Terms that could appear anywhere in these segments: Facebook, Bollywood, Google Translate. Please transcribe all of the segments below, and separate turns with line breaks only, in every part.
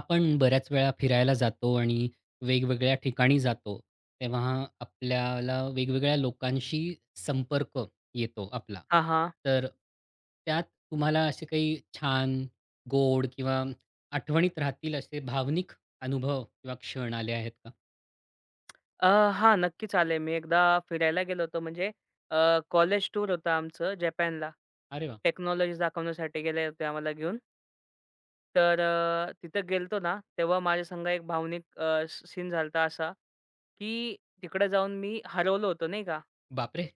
आपण बऱ्याच वेळा फिरायला जातो आणि वेगवेगळ्या ठिकाणी जातो, तेव्हा आपल्याला वेगवेगळ्या लोकांशी संपर्क येतो आपला.
हां, हां.
तर त्यात तुम्हाला असे काही छान, गोड किंवा आठवणीत राहतील असे भावनिक अनुभव किंवा क्षण आले आहेत का?
अ, हां, नक्कीच आले. मी एकदा फिरायला गेलो होतो म्हणजे कॉलेज टूर होतं आमचं जपानला.
अरे वाह!
टेक्नॉलॉजी दाखवण्यासाठी गेले होते आम्हाला घेऊन. तर तिथं गेलतो ना, तेव्हा माझ्या संग एक भावनिक अ, स सीन झाला असा, की तिकडे जाऊन मी हरवलो होतो नाही का.
बापरे!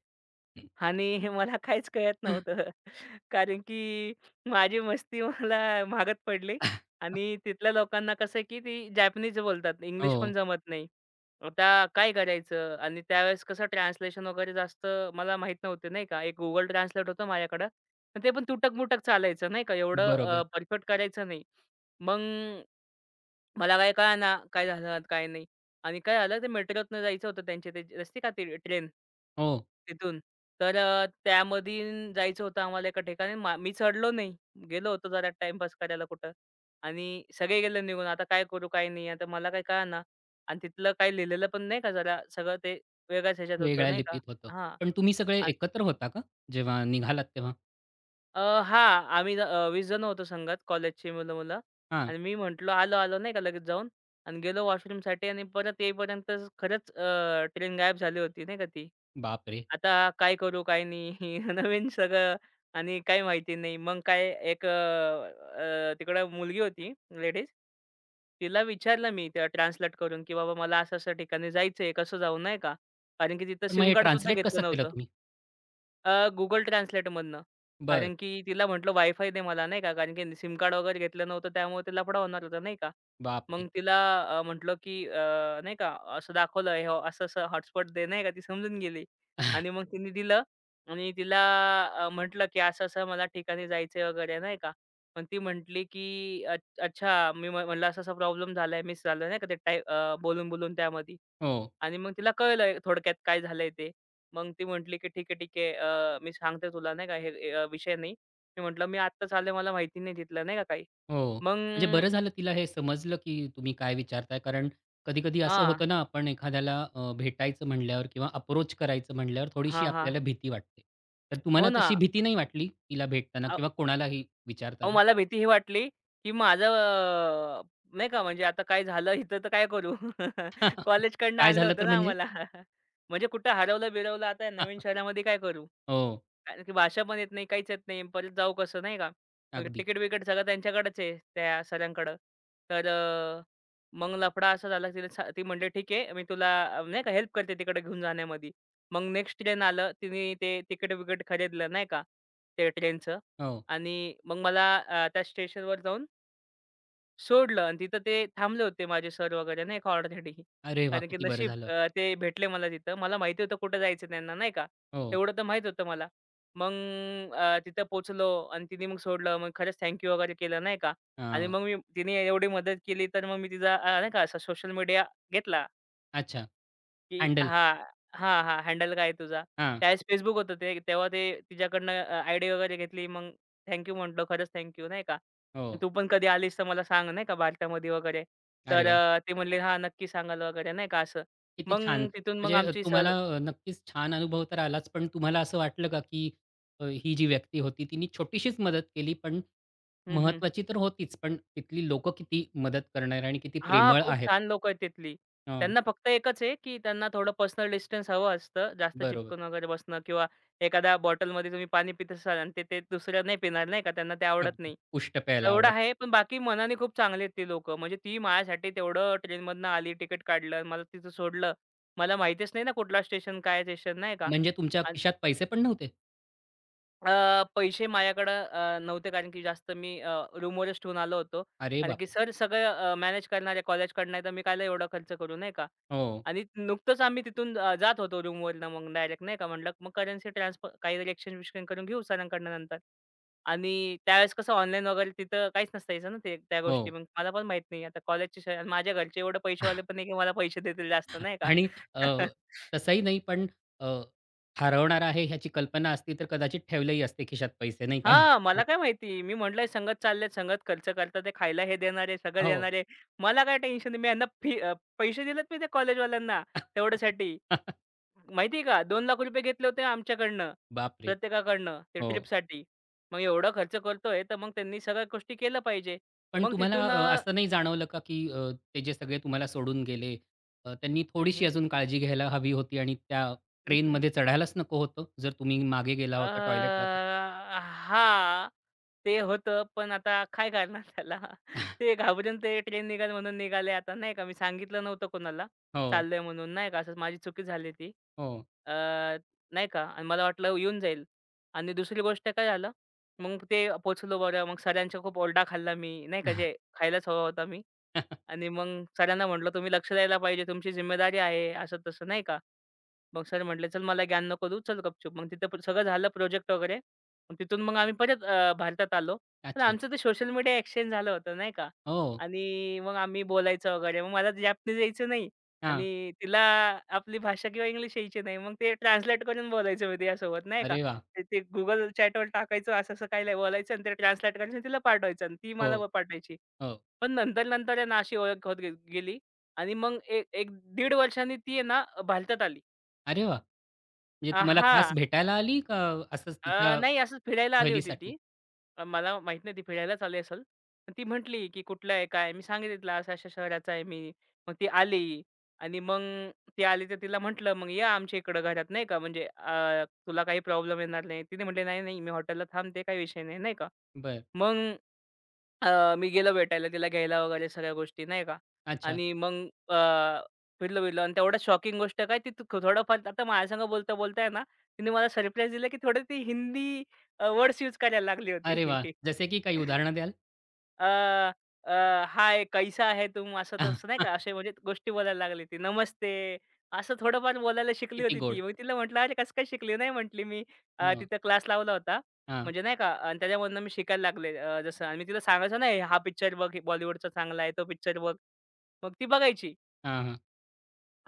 आणि मला काहीच कळत नव्हतं. कारण की माझी मस्ती मला मागत पडली आणि तिथल्या लोकांना कसं आहे, की ती जॅपनीज बोलतात. इंग्लिश पण
हो,
जमत नाही. आता काय करायचं? आणि त्यावेळेस कसं ट्रान्सलेशन वगैरे जास्त मला माहीत नव्हते, नाही का. एक Google Translate होतं माझ्याकडं. पण ते पण तुटक-मुटक चालायचं, नाही का. एवढं
बरोबर.
परफेक्ट करायचं नाही. मग मला काही कळेना काय झालं, आणि काय नाही. आणि काय झालं ते मेट्रोतनं जायचं होतं त्यांच्या ते असते का ते ट्रेन.
हो,
तिथून. तर त्यामधून जायचं होतं आम्हाला एका ठिकाणी. मी चढलो नाही. गेलो होतो जरा टाईमपास करायला कुठं आणि सगळे गेले निघून. आता काय करू, काय नाही. आता मला काही कळेना आणि तिथलं काही लिहिलेलं पण नाही का जरा सगळं ते वेगळ्याच ह्याच्यात होतं
वेगळ्या
नाही का.
लिपीत होतं.
हां.
पण तुम्ही सगळे एकत्र होता का? जेव्हा निघालात तेव्हा?
अ, हां. आम्ही 20 जण होतो संघात कॉलेजची मुलं-मुलं
हां,
आणि मी म्हटलो, "आलो-आलो" नाही का लगेच जाऊन आणि गेलो वॉशरूमसाठी आणि परत येईपर्यंत खरंच ट्रेन गायब झाली होती नाही का ती.
बापरे!
आता काय करू काय नाही नवीन सगळं आणि काही माहिती नाही. मग काय एक अ, अ, तिकडं मुलगी होती लेडीज. तिला विचारलं मी त्या ट्रान्सलेट करून, की "बाबा मला असं-असं ठिकाणी जायचंय, कसं जाऊ?" नाही का. कारण की तिथं
पण मग
सिम
हे
कार्ड सुद्धा
ट्रान्सलेट
घेतलं
कसं केलं
नव्हतं.
तुम्ही?
अ, Google ट्रान्सलेटमधनं.
बरं.
कारण की तिला म्हटलं वायफाय दे मला नाही का, कारण की सिम कार्ड वगैरे घेतलं नव्हतं त्यामुळे ते लफडा होणार होता नाही का. मग
बापरे!
तिला म्हटलं की नाही का असं दाखवलं हे असं-असं हॉटस्पॉट दे नाही का, ती समजून गेली. आणि मग तिने दिलं आणि तिला म्हटलं की असं-असं मला ठिकाणी जायचंय वगैरे नाही का. पण ती म्हटली की अच्छा." मी म्हटलं, "असा-असा प्रॉब्लेम झालाय, मिस झालं" नाही का ते टाईप बोलून-बोलून त्यामध्ये.
हो,
आणि मग तिला कळलं थोडक्यात काय झालंय ते. मग ती म्हटली, की "ठीक आहे, ठीक आहे. मी सांगते तुला नाही का हे हे विषय नाही." मी म्हटलं, "मी आत्ताच आले मला माहिती नाही तिथलं." नाही का काही.
हो.
मग
म्हणजे बरं झालं तिला हे समजलं, की तुम्ही काय विचारताय. कारण कधी-कधी असं
हां.
होतं ना, आपण एखाद्याला भेटायचं म्हणल्यावर किंवा अप्रोच करायचं म्हणल्यावर
हां,
थोडीशी
हां.
आपल्याला भीती वाटते. तर
हो
तुम्हाला
ना.
तशी भीती नाही वाटली तिला भेटताना
अ
किंवा कोणालाही
अहो
विचारताना?
मला भीती ही वाटली, की माझं नाही का म्हणजे आता काय झालं इथं तर काय करू? कॉलेजकडनं
काय
आणलं
झालं
होतं
तर
ना
म्हणजे?
आम्हाला. म्हणजे कुठं हरवलं-बिरवलं आता या नवीन शहरामध्ये काय करू?
हो,
कारण की भाषा पण येत नाही, काहीच येत नाही. परत जाऊ कसं नाही का?
अगदी.
तिकीट-बिकीट सगळं त्यांच्याकडेच आहे, त्या सरांकडं. तर मग लफडा असा झाला, तिला सा ती म्हटली, "ठीक आहे, मी तुला नाही का हेल्प करते तिकडे घेऊन जाण्यामध्ये." मग नेक्स्ट ट्रेन आलं, तिने ते तिकीट-बिकीट खरीदलं नाही का, ते ट्रेनचं
हो.
आणि मग मला त्या स्टेशनवर जाऊन सोडलं आणि तिथं ते थांबले होते माझे सर वगैरे नाही का ऑलरेडी.
अरे वाह!
कारण की
किती बरं
नशीब
झालं.
ते भेटले मला तिथं. मला माहिती होतं कुठं जायचं त्यांना नाही का.
हो.
तेवढं तर माहीत होतं मला. मग तिथं पोहोचलो आणि तिने मग सोडलं. मग खरंच थँक वगैरे केलं नाही का आणि
हां.
मग मी तिने एवढी मदत केली तर मग मी तिचा नाही का असा सोशल मीडिया घेतला.
अच्छा.
की
हँडल.
हां, हां, हां. हँडल काय आहे तुझा?
हां.
त्यावेळेस Facebook होतं ते. तेव्हा ते तिच्याकडनं आयडी वगैरे घेतली. मग थँक यू खरंच थँक नाही का.
हो.
तू पण कधी आलीस तर मला सांग नाही का भारतामध्ये वगैरे. तर
अरे वाह!
ते म्हणले, "हां, नक्की सांगाल" वगैरे नाही का असं.
किती
मग
छान!
तिथून मग
म्हणजे
आमची
तुम्हाला
सहल
नक्कीच छान अनुभव तर आलाच, पण तुम्हाला असं वाटलं का, की ही जी व्यक्ती होती तिने छोटीशीच मदत केली, पण महत्वाची तर होतीच, पण तिथली लोकं किती मदत करणारे आणि किती
हां,
प्रेमळ
खूप
आहेत.
छान लोक आहेत तिथली.
हं,
त्यांना फक्त एकच आहे, की त्यांना थोडं पर्सनल डिस्टन्स हवं असतं. जास्त
बरोबर.
चिपकून वगैरे बसणं किंवा एखाद्या बॉटलमध्ये तुम्ही पाणी पित असाल आणि ते ते दुसरं नाही पिणार नाही का, त्यांना ते आवडत
अगदी.
नाही.
पुष्ट प्यायला
एवढं
आवडत.
आहे, पण बाकी मनाने खूप चांगली आहेत ती लोकं. म्हणजे ती माझ्यासाठी तेवढं ट्रेनमधनं आली, तिकीट काढलं मला तिथं सोडलं. मला माहितीच नाही ना कुठला स्टेशन, काय स्टेशन नाही का?
म्हणजे तुमच्या खिशात पैसे पण नव्हते?
पैसे माझ्याकडं नव्हते कारण की जास्त मी रूमवरच ठेवून आलो होतो.
अरे
कारण की
बापरे!
सर सगळं मॅनेज करणारे कॉलेजकडनं आहे, तर मी कायला एवढा खर्च करू, नाही का?
हो,
आणि नुकतंच आम्ही तिथून जात होतो रूमवरनं मग डायरेक्ट नाही का, म्हटलं मग करन्सी ट्रान्सफर काहीतरी एक्सचेंज-विक्सचेंज करून घेऊ सरांकडनं नंतर. आणि त्यावेळेस कसं ऑनलाईन वगैरे तिथं काहीच नसायचं ना ते त्या
हो.
गोष्टी. मग मला पण माहीत नाही. आता कॉलेजचे माझ्या घरचे एवढे पैसेवाले पण नाही, की मला पैसे देतील जास्त, नाही का?
आणि अ, तसंही नाही, पण अ, हरवणार आहे ह्याची कल्पना असती, तर कदाचित ठेवलेही असते खिशात पैसे, नाही का?
हां, मला काय माहिती? मी म्हटलंय संगत चाललेत, संगत खर्च करतात आहे, खायला हे देणारे, सगळं
हो.
देणारे. मला काय टेन्शन नाही. मी यांना पैसे दिलेत मी त्या कॉलेजवाल्यांना तेवढ्यासाठी. माहिती आहे का? ₹2,00,000 घेतले होते आमच्याकडनं,
बापरे!
प्रत्येकाकडनं ते
हो.
ट्रिपसाठी. मग एवढा खर्च करतोय, तर मग त्यांनी सगळ्या गोष्टी केल्या पाहिजे.
पण
मग
तुम्हाला
तिथून
असं नाही जाणवलं का, की ते जे सगळे तुम्हाला सोडून गेले, त्यांनी थोडीशी
हं.
अजून काळजी घ्यायला हवी होती आणि त्या ट्रेनमध्ये चढायलाच नको होतं, जर तुम्ही मागे गेला होता टॉयलेटला तर?
हां, ते होतं. पण आता काय करणार त्याला? ते घाबरून ते ट्रेन निघाल म्हणून निघाले आता नाही का. मी सांगितलं नव्हतं कोणाला
हो,
चाललोय म्हणून नाही का. असंच माझी चुकी झाली ती.
हो.
अ, नाही का आणि मला वाटलं येऊन जाईल आणि दुसरी गोष्ट काय झालं, मग ते पोहोचलो बरं. मग सरांचा खूप ओरडा खाल्ला मी नाही का, जे खायलाच हवा होता मी आणि मग सरांना म्हटलं, "तुम्ही लक्ष द्यायला पाहिजे. तुमची जिम्मेदारी आहे." असं तसं नाही का. मग सर म्हटले, "चल मला ज्ञान नको देऊ, चल गपचूप." मग तिथं पण सगळं झालं प्रोजेक्ट वगैरे. मग तिथून मग आम्ही परत भारतात आलो. पण
अच्छा.
आमचं ते सोशल मीडिया एक्सचेंज झालं होतं नाही का
हो.
आणि मग आम्ही बोलायचं वगैरे. मग मला जॅपनीज यायचं नाही
हां.
आणि तिला आपली भाषा किंवा इंग्लिश यायची नाही. मग ते ट्रान्सलेट करून बोलायचं मी तिच्यासोबत नाही का.
अरे वाह!
ते ते Google चॅटवर टाकायचं असं-असं काही बोलायचं आणि ते ट्रान्सलेट करायचं आणि तिला पाठवायचं आणि ती
हो,
मला पाठवायची.
हो.
पण नंतर-नंतर आहे ना अशी ओळख होत गेली आणि मग एक 1.5 वर्षांनी ती आहे ना भारतात आली.
अरे वाह! म्हणजे तुम्हाला खास
हां.
भेटायला आली का असंच तिच्या
नाही असंच फिरायला आली होती
सहलीसाठी?
ती. मला माहीत नाही ती फिरायलाच आली असेल. पण ती म्हटली, की "कुठला आहे? काय?" मी सांगितलं, "अशा-अशा शहराचा आहे मी." मग ती आली आणि मग ती आली तर तिला म्हटलं, "मग या आमच्या इकडं घरात नाही का, म्हणजे तुला काही प्रॉब्लेम येणार नाही." तिने म्हटली, "नाही, नाही, मी हॉटेलला थांबते, काही विषय नाही." नाही का.
बरं.
मग मी गेलो भेटायला, तिला घ्यायला वगैरे सगळ्या गोष्टी नाही का
अच्छा.
आणि मग अ, फिरलो-बिरलो आणि तेवढ्या शॉकिंग गोष्ट काय ती थोडंफार आता माझ्यासंग बोलता-बोलता ना, तिने मला सरप्राईज दिलं, की थोडं ती हिंदी वर्ड्स यूज करायला लागली होती.
अरे वाह! जसे की काही उदाहरणं द्याल?
अ, अ, "हाय, कैसा है तुम?" असं तसं नाही का, असे म्हणजे गोष्टी बोलायला लागली ती. "नमस्ते." असं थोडंफार बोलायला शिकली
किती
होती ती.
गोड.
मग तिला म्हटलं, "अरे, कसं काय शिकली?" नाही म्हटली मी,
हो.
तिथं क्लास लावला होता."
हां.
म्हणजे नाही का आणि त्याच्यामधनं मी शिकायला लागले जसं आणि मी तिला सांगायचो ना, "हा पिक्चर बघ, बॉलिवूडचा चांगला आहे, तो पिक्चर बघ." मग ती बघायची.
हां, हां.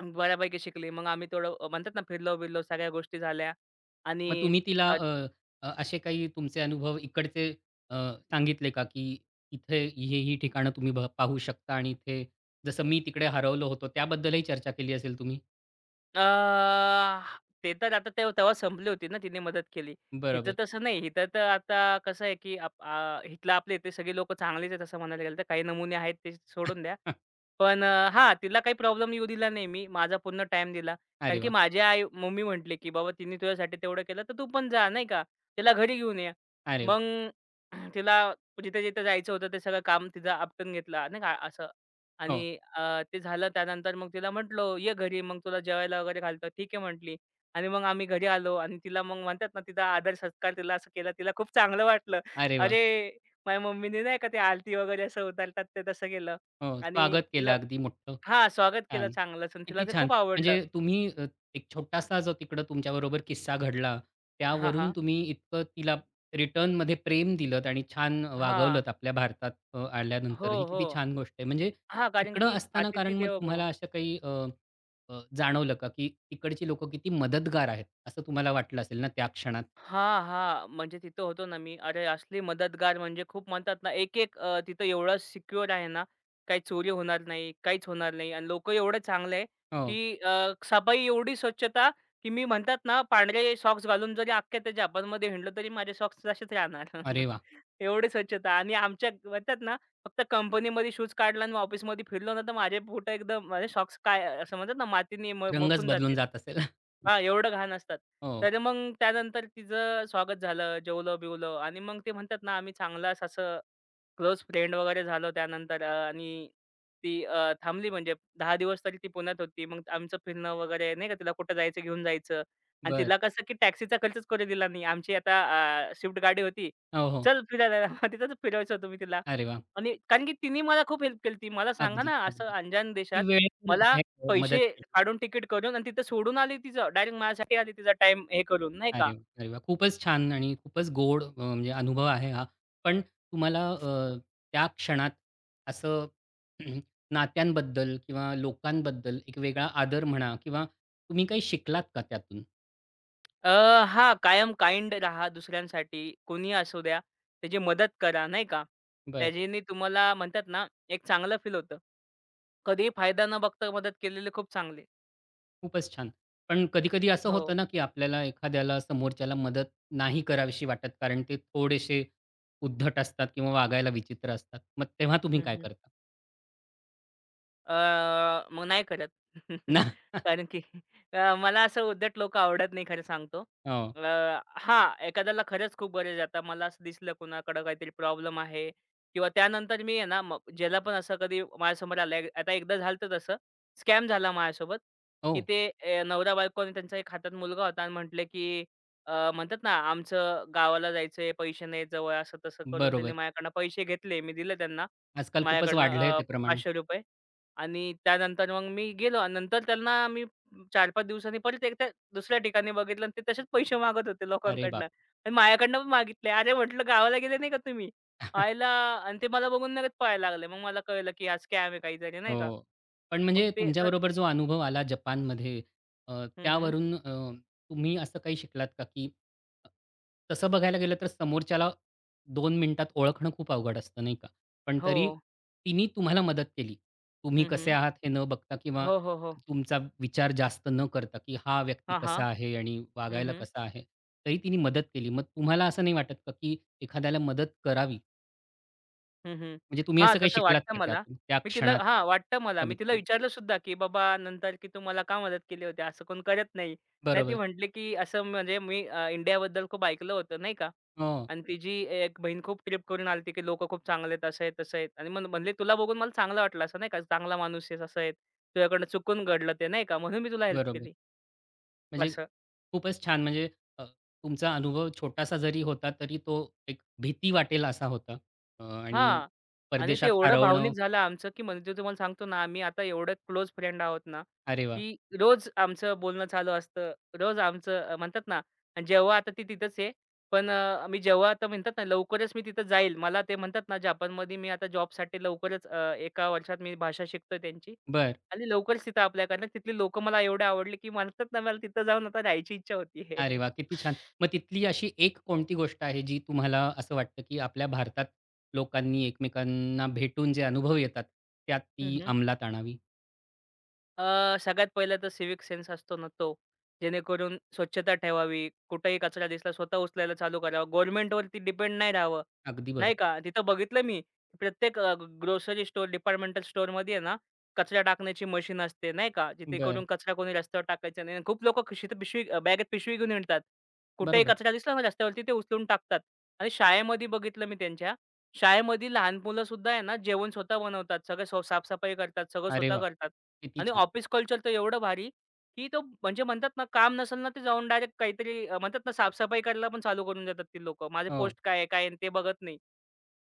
मग बऱ्यापैकी शिकली. मग आम्ही थोडं म्हणतात ना, फिरलो-बिरलो, सगळ्या गोष्टी झाल्या
मग
आणि
तुम्ही तिला अ, अ, असे काही तुमचे अनुभव इकडचे अ, सांगितले का, की इथे ही, ही ठिकाणं तुम्ही भ पाहू शकता आणि इथे जसं मी तिकडे हरवलो होतो त्याबद्दलही चर्चा केली असेल तुम्ही?
अ, ते तर आता ते तेव्हा संपली होती ना, तिने मदत केली. हिचं
बरोबर.
तसं नाही. हिथं तर आता कसं आहे, की हिथलं आपले इथे सगळे लोकं चांगलेच आहेत, असं म्हणायला गेलं तर. काही नमुने आहेत ते सोडून द्या. पण हां, तिला काही प्रॉब्लेम येऊ दिला नाही मी. माझा पूर्ण टाईम दिला. कारण
अरे
की
वा
माझी आई मम्मी म्हटली, की "बाबा तिने तुझ्यासाठी तेवढं केलं, तर तू पण जा, नाही का? तिला घरी घेऊन ये."
अरे वा
मग तिला जिथे-जिथे जायचं होतं, ते सगळं काम तिचं आपटून घेतलं, नाही का असं.
हो.
आणि ते झालं त्यानंतर मग तिला म्हटलो, "ये घरी, मग तुला जेवायला वगैरे घालतो." "ठीक आहे" म्हटली आणि मग आम्ही घरी आलो आणि तिला मग म्हणतात ना, तिचा आदर-सत्कार तिला असं केला, तिला खूप चांगलं वाटलं.
अरे वाह!
अरे, माझ्या मम्मीने नाही का ते आरती वगैरे असं उतारतात ते तसं केलं
हो,
आणि
स्वागत केलं
तिला
अगदी मोठं.
हां, स्वागत केलं
छान.
चांगलंच आणि तिला
किती
ते
छान!
खूप
म्हणजे
आवडलं.
तुम्ही एक छोटासा जो तिकडं तुमच्याबरोबर किस्सा घडला,
हां,
त्यावरून
हां.
तुम्ही इतकं तिला रिटर्नमध्ये प्रेम दिलत आणि छान
हां.
वागवलत आपल्या भारतात
हो,
आल्यानंतर. ही
हो.
किती छान गोष्ट आहे. म्हणजे
हां, कारण
तिकडं
की
असताना कारण
अतिथी
मग
देवो भव.
तुम्हाला असं काही अ, अ, जाणवलं का, की तिकडची लोकं किती मदतगार आहेत, असं तुम्हाला वाटलं असेल ना त्या क्षणात?
हां, हां. म्हणजे तिथं होतो ना मी. अरे, असली मदतगार म्हणजे खूप म्हणतात ना, एक-एक तिथं एवढं सिक्युअर आहे ना, काही चोरी होणार नाही, काहीच होणार नाही आणि लोकं एवढे चांगले आहे,
हो.
की सफाई एवढी स्वच्छता, की मी म्हणतात ना, पांढरे सॉक्स घालून जरी अख्ख्या त्या जपानमध्ये हिंडलो, तरी माझे सॉक्स तसेच राहणार.
अरे वाह!
एवढी स्वच्छता आणि आमच्या म्हणतात ना, फक्त कंपनीमध्ये शूज काढला आणि ऑफिसमध्ये फिरलो ना, तर माझे बूट एकदम माझे सॉक्स काय असं म्हणतात ना, मातीने
रंगच
मखून
बदलून
जातील.
जात असेल.
हां, एवढं घाण असतात.
हो,
तर मग त्यानंतर तिचं स्वागत झालं, जेवलं-बिवलं आणि मग ते म्हणतात ना, आम्ही चांगलाच असं क्लोज फ्रेंड वगैरे झालो त्यानंतर आणि ती थांबली म्हणजे 10 दिवस तरी ती पुण्यात होती. मग आमचं फिरणं वगैरे नाही का तिला कुठं जायचं घेऊन जायचं आणि
बरं.
तिला कसं की टॅक्सीचा खर्चच करू दिला नाही. आमची आता स्विफ्ट गाडी होती.
हो, हो.
चल फिरायला तिथंच फिरवायचं होतं मी तिला
अरे वाह!
आणि कारण की तिने मला खूप हेल्प केली होती. मला सांगा
अगदी,
ना असं
अगदी.
अंजान
ती
देशात
वेळेवर
मला
आहे हो, मदत
पैसे
केली.
काढून तिकीट करून आणि तिथं सोडून आली तिचं. डायरेक्ट माझ्यासाठी आली तिचा टाईम हे करून नाही का?
अरे वाह! अरे वाह! खूपच छान आणि खूपच गोड म्हणजे अनुभव आहे हा. पण तुम्हाला त्या क्षणात असं नात्यांबद्दल किंवा लोकांबद्दल एक वेगळा आदर म्हणा किंवा तुम्ही काही शिकलात का त्यातून?
अ, हां, कायम काइंड राहा दुसऱ्यांसाठी. कोणीही असू द्या, त्याची मदत करा, नाही का.
बरं,
त्याच्याने तुम्हाला म्हणतात ना, एक चांगलं फील होतं. कधीही फायदा न बघता मदत केलेली खूप चांगली.
खूपच छान. पण कधी-कधी असं
हो.
होतं ना, की आपल्याला एखाद्याला समोरच्याला मदत नाही करावीशी वाटत, कारण ते थोडेसे उद्धट असतात किंवा वागायला विचित्र असतात. मग तेव्हा तुम्ही
हं,
काय
हं.
करता?
मग नाही करत.
ना
कारण की मला असं उद्धट लोकं आवडत नाही खरं सांगतो.
हो,
अ, हां, एखाद्याला खरंच खूप गरज आहे. आता मला असं दिसलं कोणाकडं काहीतरी प्रॉब्लेम आहे किंवा त्यानंतर मी आहे ना, मग ज्याला पण असं कधी माझ्यासमोर आलं. आता एकदा झालं होतं तसं. स्कॅम झाला माझ्यासोबत, की
हो.
ते नवरा-बायको आणि त्यांचा एक हातात मुलगा होता आणि म्हटले, की म्हणतात ना, "आमचं गावाला जायचंय, पैसे नाहीत जवळ." असं तसं करून त्यांनी
बरोबर.
माझ्याकडनं पैसे घेतले. मी दिले त्यांना
आजकाल खूपच
माझ्याकडनं
वाढलंय ते प्रमाण.
₹500. आणि त्यानंतर मग मी गेलो आणि नंतर त्यांना मी 4-5 दिवसांनी परत एकदा दुसऱ्या ठिकाणी बघितलं आणि ते तसेच पैसे मागत होते
अरे
लोकांकडनं
बाप!
आणि माझ्याकडनं पण मागितले. अरे म्हटलं, "गावाला गेले नाही का तुम्ही?" "आयला." आणि ते मला बघून लगेच पळायला लागले. मग मला कळलं, की हा स्कॅम आहे काहीतरी नाही का.
हो. पण
मग
म्हणजे
ते.
तुमच्याबरोबर जो अनुभव आला जपानमध्ये अ,
हं, हं.
त्यावरून अ, तुम्ही असं काही शिकलात का, की अ, तसं बघायला गेलं तर समोरच्याला 2 मिनिटात ओळखणं खूप अवघड असतं, नाही का? पण
हो.
तरी तिनी तुम्हाला मदत केली. तुम्ही
हं,
कसे
हं.
आहात हे न बघता किंवा
हो, हो, हो.
तुमचा विचार जास्त न करता, की हा व्यक्ती
हां, हां.
कसा आहे आणि वागायला कसा आहे, तरी तिने मदत केली. मग तुम्हाला असं नाही वाटत का, की एखाद्याला मदत करावी
हं, हं.
म्हणजे तुम्ही
हां,
असं काही
तसं
शिकलात
वाटतं
का
मला.
त्यातून? त्या
मी तिला
क्षणात
हां, वाटतं मला. मी
कमीत
तिला
कमी?
विचारलं सुद्धा, की "बाबा नंतर की तू मला का मदत केली होती? असं कोण करत नाही." नाही ती
बरोबर.
म्हटली, की "असं म्हणजे मी इंडियाबद्दल खूप ऐकलं होतं नाही का?
हो,
आणि तिची एक बहीण खूप ट्रिप करून आली होती, की लोकं खूप चांगले आहेत, असं आहेत, तसं आहेत." आणि मग म्हणले, "तुला बघून मला चांगलं वाटलं असं नाही का? चांगला माणूस आहेस, असं आहे. तुझ्याकडनं चुकून घडलं ते नाही का? म्हणून मी तुला हेल्प
बरोबर.
केली."
म्हणजे
असं.
खूपच छान म्हणजे अ, तुमचा अनुभव छोटासा जरी होता तरी तो एक भीती वाटेल असा होता. आणि
हां. आणि ते
परदेशात
एवढं भावनिक
हरवणं
झालं आमचं, की म्हणजे तुम्हाला सांगतो ना, आम्ही आता एवढे क्लोज फ्रेंड आहोत ना,
अरे वाह!
की रोज आमचं बोलणं चालू असतं. रोज आमचं म्हणतात ना, आणि जेव्हा आता ती तिथंच आहे. पण मी जेव्हा आता म्हणतात ना, लवकरच मी तिथं जाईल. मला ते म्हणतात ना, जपानमध्ये मी आता जॉबसाठी लवकरच 1 वर्षात मी भाषा शिकतोय त्यांची
बरं.
आणि लवकरच तिथं अप्लाय करणार. तिथली लोकं मला एवढे आवडले, की म्हणतात ना, मला तिथं जाऊन आता राहायची इच्छा
अरे
होती.
वाह! किती छान. मग तिथली अशी एक कोणती गोष्ट आहे जी तुम्हाला असं वाटतं, की आपल्या भारतात लोकांनी एकमेकांना भेटून जे अनुभव येतात, त्यात ती अंमलात आणावी?
सगळ्यात पहिला तर सिव्हिक सेन्स असतो ना तो. जेणेकरून स्वच्छता ठेवावी, कुठेही कचरा दिसला स्वतः उचलायला चालू करावं. गव्हर्नमेंटवरती डिपेंड नाही राहावं,
अगदी
नाही
बरोबर.
का. तिथं बघितलं मी प्रत्येक ग्रोसरी स्टोअर, डिपार्टमेंटल स्टोअरमध्ये आहे ना, कचरा टाकण्याची मशीन असते, नाही का. जेणेकरून
बरं.
कचरा कोणी रस्त्यावर टाकायचा नाही. आणि खूप लोकं खिशीत पिशवी बॅगेत पिशवी घेऊन हिंडतात. कुठेही
बरोबर.
कचरा दिसला ना रस्त्यावरती ते उचलून टाकतात. आणि शाळेमध्ये बघितलं मी त्यांच्या, शाळेमध्ये लहान मुलंसुद्धा आहे ना, जेवण स्वतः बनवतात. सगळं सो साफ करतात, सगळं
अरे
स्वतः
वाह!
करतात.
किती
आणि
छान.
ऑफिस कल्चर तर एवढं भारी, की तो म्हणजे म्हणतात ना, काम नसेल ना, ते जाऊन डायरेक्ट काहीतरी म्हणतात ना, साफ करायला पण चालू करून देतात ती लोक माझे
हो.
पोस्ट काय आहे, काय आहे? ते बघत नाही.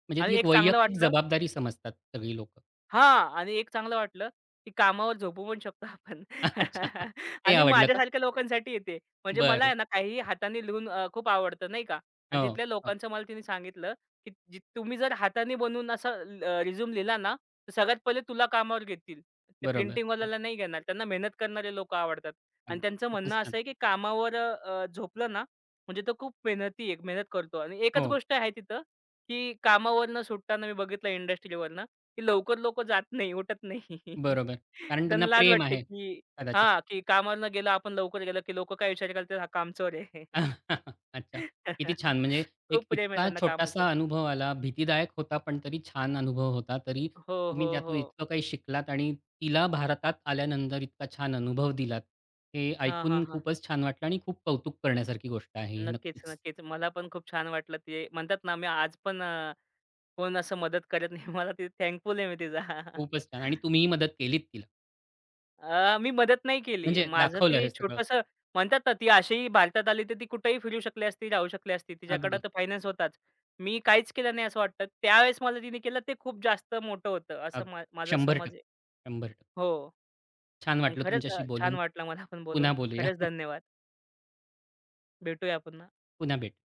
म्हणजे ती
आणि
एक
एक चांगलं
वैयक्तिक
वाटलं.
जबाबदारी समजतात सगळी लोकं.
हां. आणि एक चांगलं वाटलं, की कामावर झोपू पण शकतो आपण.
अच्छा. ते
आणि
आवडलं का?
माझ्यासारख्या लोकांसाठी आहे ते. म्हणजे मला
बरं.
आहे ना काहीही हाताने लिहून खूप आवडतं नाही का. आणि
हो,
तिथल्या
हो.
लोकांचं मला तिने सांगितलं, की जी तुम्ही जर हाताने बनवून असा रिझ्यूम लिहिला ना, तर सगळ्यात पहिले तुला कामावर घेतील. ते
बरोबर. बरं.
प्रिंटिंगवाल्याला नाही घेणार. त्यांना मेहनत करणारे लोकं आवडतात. आणि
अगदी.
त्यांचं म्हणणं
खूपच
असं
छान.
आहे, की कामावर झोपलं ना, म्हणजे तो खूप मेहनती आहे, मेहनत करतो. आणि एकच
हो,
गोष्ट आहे तिथं, की कामावरनं सुटताना मी बघितलं इंडस्ट्रीवरनं की लवकर लोकं जात नाही, उठत नाही.
बरोबर. कारण त्यांना
त्यांना लाज
प्रेम
वाटते,
आहे
की
कदाचित.
हां, की कामावर न गेलं आपण लवकर गेलं, की लोकं काय विचार करतील हा कामचोर आहे.
अच्छा. किती छान! म्हणजे एक
खूप प्रेम आहे
इतका
त्यांना कामाचं.
छोटासा अनुभव आला, भीतीदायक होता, पण तरी छान अनुभव होता. तरी
हो, हो,
तुम्ही त्यातून
हो.
इतकं काही शिकलात आणि तिला भारतात आल्यानंतर इतका छान अनुभव दिलात. हे
हां, हां,
ऐकून
हां.
खूपच छान वाटलं आणि खूप कौतुक करण्यासारखी गोष्ट आहे ही
नक्कीच,
नक्कीच.
नक्कीच. मला पण खूप छान वाटलं ते म्हणतात ना, मी आज पण कोण असं मदत करत नाही मला ते थँकफुल आहे मी तिचा.
खूपच छान आणि तुम्हीही मदत केलीत तिला.
मी मदत नाही केली.
म्हणजे
माझं
दाखवलं
ते
हे सगळं.
छोटंसं म्हणतात ना, ती अशीही भारतात आली, तर ती कुठेही फिरू शकली असती, राहू शकली असती. तिच्याकडे
अगदी,
तर फायनान्स होताच. मी काहीच केलं नाही असं वाटतं. त्यावेळेस मला तिने केलं ते खूप जास्त मोठं होतं, असं
अगदी.
मा माझा समज
100%
आहे.
100%
हो.
छान
आणि
वाटलं
खरंच
तुमच्याशी
छान
बोलून.
वाटलं मला पण
पुन्हा
बोलून.
बोलूया.
खरंच धन्यवाद. भेटूया पुन्हा.
पुन्हा भेटू.